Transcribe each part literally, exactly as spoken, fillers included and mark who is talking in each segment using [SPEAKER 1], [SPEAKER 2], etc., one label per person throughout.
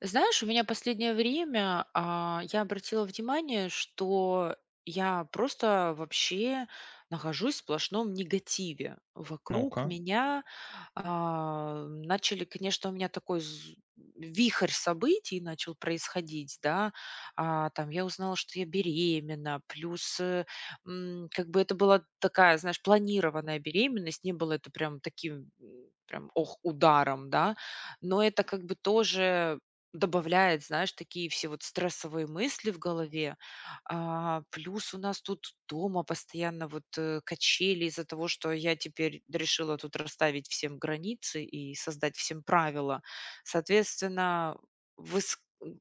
[SPEAKER 1] Знаешь, у меня последнее время, а, я обратила внимание, что я просто вообще нахожусь в сплошном негативе. Вокруг
[SPEAKER 2] Ну-ка.
[SPEAKER 1] меня а, начали, конечно, у меня такой з вихрь событий начал происходить, да. А, там я узнала, что я беременна, плюс, э, м, как бы это была такая, знаешь, планированная беременность, не было это прям таким, м, прям, ох, ударом, да. Но это как бы тоже добавляет, знаешь, такие все вот стрессовые мысли в голове. А, плюс у нас тут дома постоянно вот, э, качели из-за того, что я теперь решила тут расставить всем границы и создать всем правила. Соответственно, выс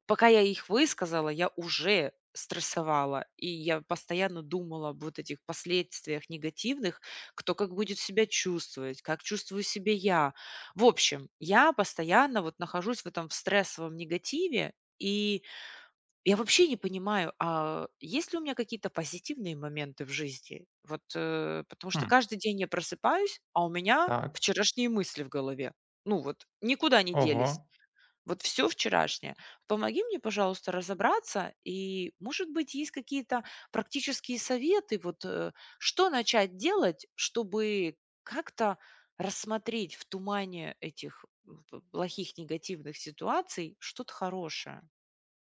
[SPEAKER 1] пока я их высказала, я уже стрессовала, и я постоянно думала об вот этих последствиях негативных, кто как будет себя чувствовать, как чувствую себя я. В общем, я постоянно вот нахожусь в этом в стрессовом негативе, и я вообще не понимаю, а есть ли у меня какие-то позитивные моменты в жизни? Вот, э, потому что
[SPEAKER 2] Хм,
[SPEAKER 1] каждый день я просыпаюсь, а у меня
[SPEAKER 2] так.
[SPEAKER 1] вчерашние мысли в голове. Ну вот, никуда не
[SPEAKER 2] Ого.
[SPEAKER 1] делись. Вот все вчерашнее. Помоги мне, пожалуйста, разобраться. И, может быть, есть какие-то практические советы, вот э, что начать делать, чтобы как-то рассмотреть в тумане этих м, п- плохих негативных ситуаций что-то хорошее.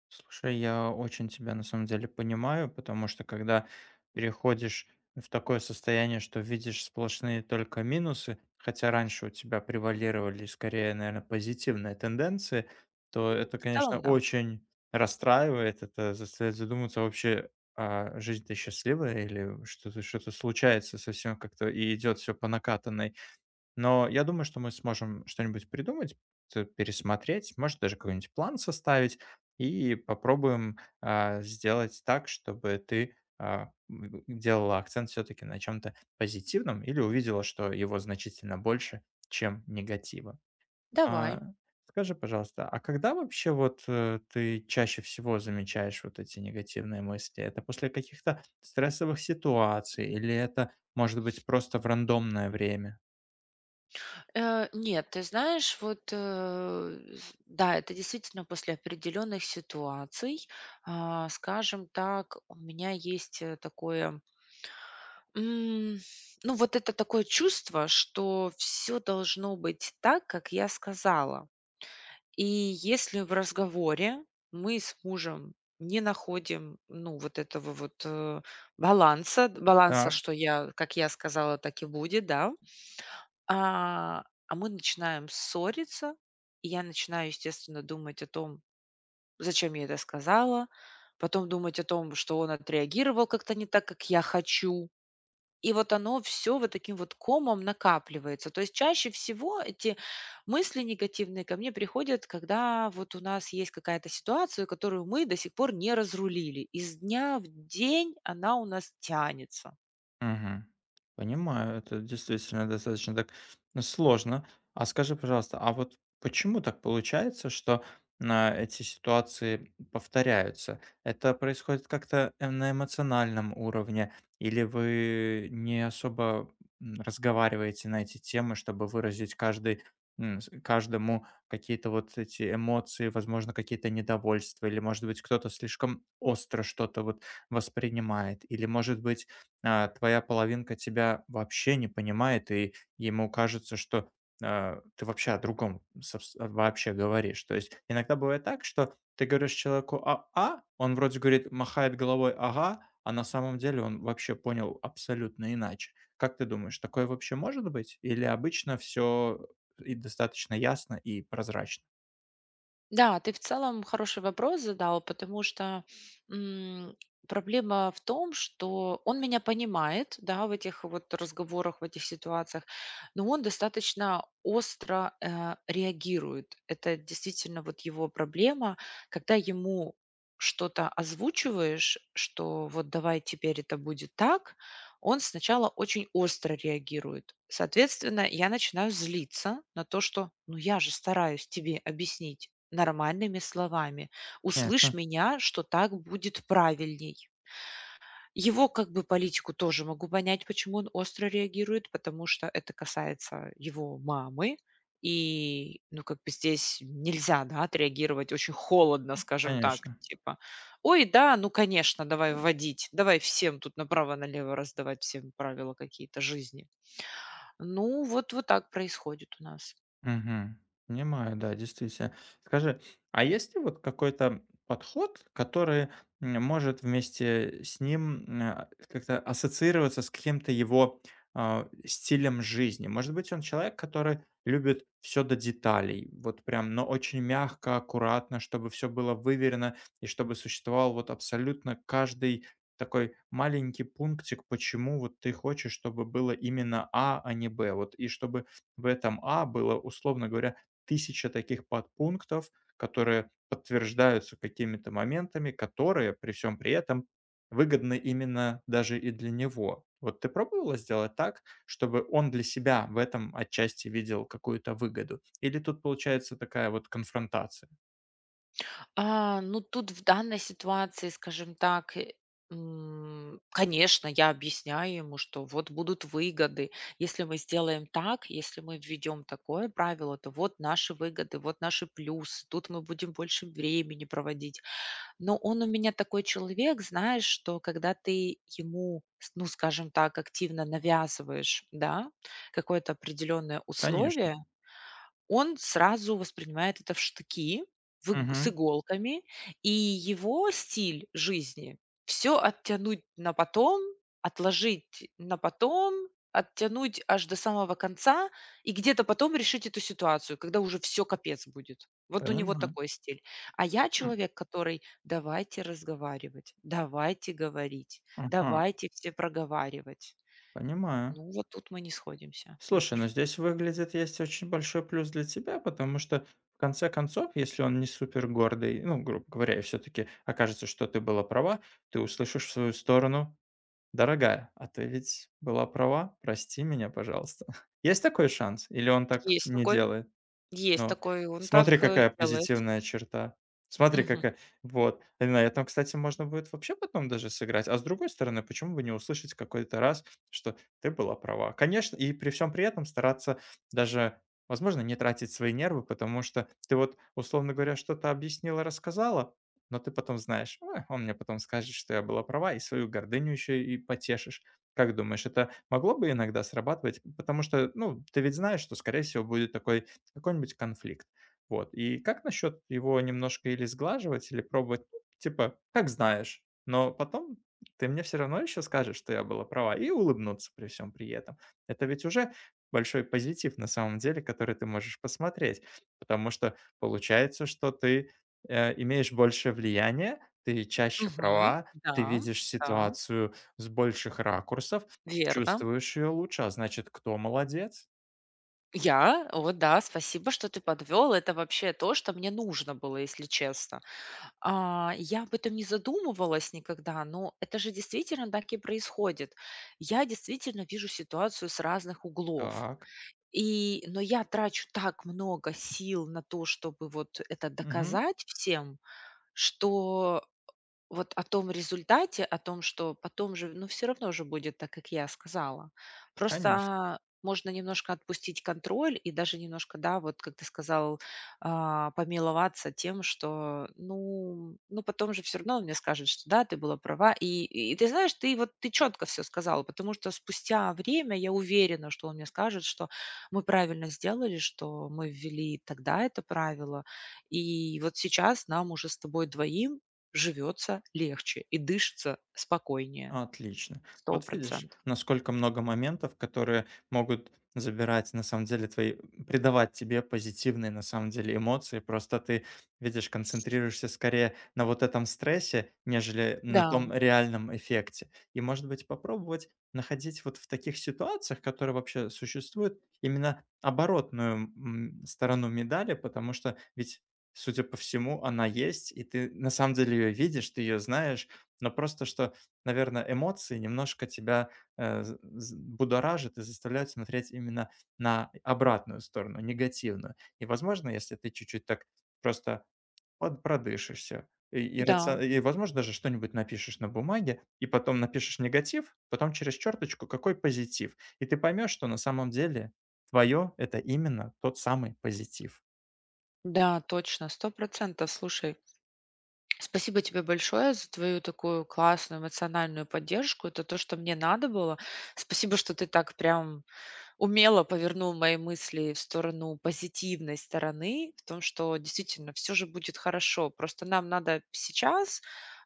[SPEAKER 2] Слушай, я очень тебя на самом деле понимаю, потому что когда переходишь в такое состояние, что видишь сплошные только минусы, хотя раньше у тебя превалировали скорее, наверное, позитивные тенденции, то это,
[SPEAKER 1] В
[SPEAKER 2] конечно,
[SPEAKER 1] целом, да.
[SPEAKER 2] очень расстраивает, это заставляет задуматься вообще, а жизнь-то счастливая или что-то что-то случается совсем как-то и идет все по накатанной. Но я думаю, что мы сможем что-нибудь придумать, т- пересмотреть, может, даже какой-нибудь план составить и попробуем а, сделать так, чтобы ты а, м, делала акцент все-таки на чем-то позитивном или увидела, что его значительно больше, чем негатива. А,
[SPEAKER 1] Давай.
[SPEAKER 2] скажи, пожалуйста, а когда вообще вот э, ты чаще всего замечаешь вот эти негативные мысли? Это после каких-то стрессовых ситуаций или это, может быть, просто в рандомное время?
[SPEAKER 1] Э, нет, ты знаешь, вот, э, с да, это действительно после определенных ситуаций. А, скажем так, у меня есть, э, такое, м, ну, вот это такое чувство, что все должно быть так, как я сказала. И если в разговоре мы с мужем не находим, ну, вот этого вот, э, баланса, баланса,
[SPEAKER 2] Так.
[SPEAKER 1] что я как я сказала, так и будет, да. А, а мы начинаем ссориться, и я начинаю, естественно, думать о том, зачем я это сказала, потом думать о том, что он отреагировал как-то не так, как я хочу. И вот оно все вот таким вот комом накапливается. То есть чаще всего эти мысли негативные ко мне приходят, когда вот у нас есть какая-то ситуация, которую мы до сих пор не разрулили. Из дня в день она у нас тянется.
[SPEAKER 2] Мгм. Понимаю, это действительно достаточно так, ну, сложно. А скажи, пожалуйста, а вот почему так получается, что на эти ситуации повторяются? Это происходит как-то, э, на эмоциональном уровне, или вы не особо м, разговариваете на эти темы, чтобы выразить каждый, м, с- каждому какие-то вот эти эмоции, возможно, какие-то недовольства, или, может быть, кто-то слишком остро что-то вот воспринимает, или, может быть, а, твоя половинка тебя вообще не понимает, и ему кажется, что а, ты вообще о другом собс- э, вообще говоришь. То есть иногда бывает так, что ты говоришь человеку «а-а», он вроде говорит, махает головой «ага», а на самом деле он вообще понял абсолютно иначе. Как ты думаешь, такое вообще может быть? Или обычно все и достаточно ясно и прозрачно?
[SPEAKER 1] Да, ты в целом хороший вопрос задал, потому что м, проблема в том, что он меня понимает, да, в этих вот разговорах, в этих ситуациях, но он достаточно остро э, реагирует. Это действительно вот его проблема, когда ему что-то озвучиваешь, что вот давай теперь это будет так, он сначала очень остро реагирует. Соответственно, я начинаю злиться на то, что ну я же стараюсь тебе объяснить нормальными словами. Услышь
[SPEAKER 2] Конечно,
[SPEAKER 1] меня, что так будет правильней. Его как бы политику тоже могу понять, почему он остро реагирует, потому что это касается его мамы. И, ну, как бы здесь нельзя, да, отреагировать очень холодно, скажем так,
[SPEAKER 2] конечно.
[SPEAKER 1] типа, ой, да, ну, конечно, давай вводить, давай всем тут направо-налево раздавать всем правила какие-то жизни. Ну, вот, вот так происходит у нас.
[SPEAKER 2] Мгм. Понимаю, да, действительно. Скажи, а есть ли вот какой-то подход, который м, может вместе с ним э, как-то ассоциироваться с каким-то его а, стилем жизни? Может быть, он человек, который любит все до деталей, вот прям, но очень мягко, аккуратно, чтобы все было выверено и чтобы существовал вот абсолютно каждый такой маленький пунктик, почему вот ты хочешь, чтобы было именно А, а не Б, вот и чтобы в этом А было, условно говоря, тысяча таких подпунктов, которые подтверждаются какими-то моментами, которые при всем при этом выгодны именно даже и для него. Вот ты пробовала сделать так, чтобы он для себя в этом отчасти видел какую-то выгоду? Или тут получается такая вот конфронтация?
[SPEAKER 1] А, ну, тут в данной ситуации, скажем так, э, м, конечно, я объясняю ему, что вот будут выгоды. Если мы сделаем так, если мы введем такое правило, то вот наши выгоды, вот наши плюсы, тут мы будем больше времени проводить. Но он у меня такой человек, знаешь, что когда ты ему, с- ну, скажем так, активно навязываешь, да, какое-то определенное условие,
[SPEAKER 2] Конечно.
[SPEAKER 1] он сразу воспринимает это в штыки, в иг с
[SPEAKER 2] Мгм.
[SPEAKER 1] иголками, и его стиль жизни — все оттянуть на потом, отложить на потом, оттянуть аж до самого конца и где-то потом решить эту ситуацию, когда уже все капец будет. Вот у него
[SPEAKER 2] Понимаю.
[SPEAKER 1] такой стиль. А я
[SPEAKER 2] М.
[SPEAKER 1] человек, который: "Давайте разговаривать, давайте говорить,
[SPEAKER 2] Ага.
[SPEAKER 1] давайте все проговаривать".
[SPEAKER 2] Понимаю.
[SPEAKER 1] Ну, вот тут мы не сходимся,
[SPEAKER 2] Слушай, ну
[SPEAKER 1] видишь.
[SPEAKER 2] здесь выглядит есть очень большой плюс для тебя, потому что в конце концов, если он не супер гордый, ну, грубо говоря, и все-таки окажется, что ты была права, ты услышишь в свою сторону: дорогая, а ты ведь была права, прости меня, пожалуйста. Есть такой шанс? Или он так
[SPEAKER 1] Есть
[SPEAKER 2] не
[SPEAKER 1] такой.
[SPEAKER 2] делает?
[SPEAKER 1] Есть
[SPEAKER 2] Ну,
[SPEAKER 1] такой, он
[SPEAKER 2] смотри,
[SPEAKER 1] так, э,
[SPEAKER 2] какая
[SPEAKER 1] делает.
[SPEAKER 2] позитивная черта. Смотри,
[SPEAKER 1] Мгм,
[SPEAKER 2] какая. Вот. И на этом, кстати, можно будет вообще потом даже сыграть. А с другой стороны, почему бы не услышать какой-то раз, что ты была права. Конечно, и при всем при этом стараться даже, возможно, не тратить свои нервы, потому что ты вот, условно говоря, что-то объяснила, рассказала, но ты потом знаешь: «Ой, он мне потом скажет, что я была права, и свою гордыню еще и потешишь». Как думаешь, это могло бы иногда срабатывать? Потому что, ну, ты ведь знаешь, что, скорее всего, будет такой какой-нибудь конфликт. Вот. И как насчет его немножко или сглаживать, или пробовать, ну, типа, как знаешь, но потом ты мне все равно еще скажешь, что я была права, и улыбнуться при всем при этом. Это ведь уже большой позитив на самом деле, который ты можешь посмотреть, потому что получается, что ты э, имеешь больше влияния, ты чаще
[SPEAKER 1] мгм.
[SPEAKER 2] права,
[SPEAKER 1] Да,
[SPEAKER 2] ты видишь
[SPEAKER 1] да,
[SPEAKER 2] ситуацию с больших ракурсов,
[SPEAKER 1] верно.
[SPEAKER 2] чувствуешь ее лучше, а значит, кто молодец?
[SPEAKER 1] Я? Вот, да, спасибо, что ты подвел. Это вообще то, что мне нужно было, если честно. А, я об этом не задумывалась никогда, но это же действительно так и происходит. Я действительно вижу ситуацию с разных углов.
[SPEAKER 2] Так,
[SPEAKER 1] И но я трачу так много сил на то, чтобы вот это
[SPEAKER 2] мгм,
[SPEAKER 1] доказать всем, что Вот о том результате, о том, что потом же, ну, все равно же будет так, как я сказала.
[SPEAKER 2] конечно.
[SPEAKER 1] Просто можно немножко отпустить контроль и даже немножко, да, вот как ты сказал, а, помиловаться тем, что, ну ну, потом же все равно он мне скажет, что да, ты была права. И и ты знаешь, ты вот ты четко все сказала, потому что спустя время я уверена, что он мне скажет, что мы правильно сделали, что мы ввели тогда это правило. И вот сейчас нам уже с тобой двоим живется легче и дышится спокойнее.
[SPEAKER 2] Отлично.
[SPEAKER 1] сто
[SPEAKER 2] Вот видишь,
[SPEAKER 1] процентов
[SPEAKER 2] насколько много моментов, которые могут забирать, на самом деле, твои, придавать тебе позитивные, на самом деле, эмоции. Просто ты, видишь, концентрируешься скорее на вот этом стрессе, нежели
[SPEAKER 1] Да,
[SPEAKER 2] на том реальном эффекте. И, может быть, попробовать находить вот в таких ситуациях, которые вообще существуют, именно оборотную, м, сторону медали, потому что ведь, судя по всему, она есть, и ты на самом деле ее видишь, ты ее знаешь, но просто что наверное, эмоции немножко тебя э, з з будоражат и заставляют смотреть именно на обратную сторону, негативную. И, возможно, если ты чуть-чуть так просто под продышишься и и раци
[SPEAKER 1] да,
[SPEAKER 2] и, возможно, даже что-нибудь напишешь на бумаге, и потом напишешь негатив, потом через черточку какой позитив. И ты поймешь, что на самом деле твое- это именно тот самый позитив.
[SPEAKER 1] да, точно, сто процентов. Слушай, спасибо тебе большое за твою такую классную эмоциональную поддержку. Это то, что мне надо было. Спасибо, что ты так прям умело повернул мои мысли в сторону позитивной стороны, в том, что действительно все же будет хорошо. Просто нам надо сейчас,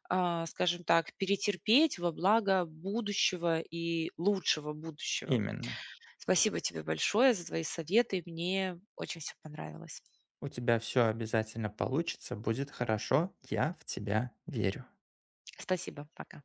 [SPEAKER 1] а, скажем так, перетерпеть во благо будущего и лучшего будущего.
[SPEAKER 2] Именно.
[SPEAKER 1] Спасибо тебе большое за твои советы. Мне очень все понравилось.
[SPEAKER 2] У тебя все обязательно получится, будет хорошо, я в тебя верю.
[SPEAKER 1] Спасибо. Пока.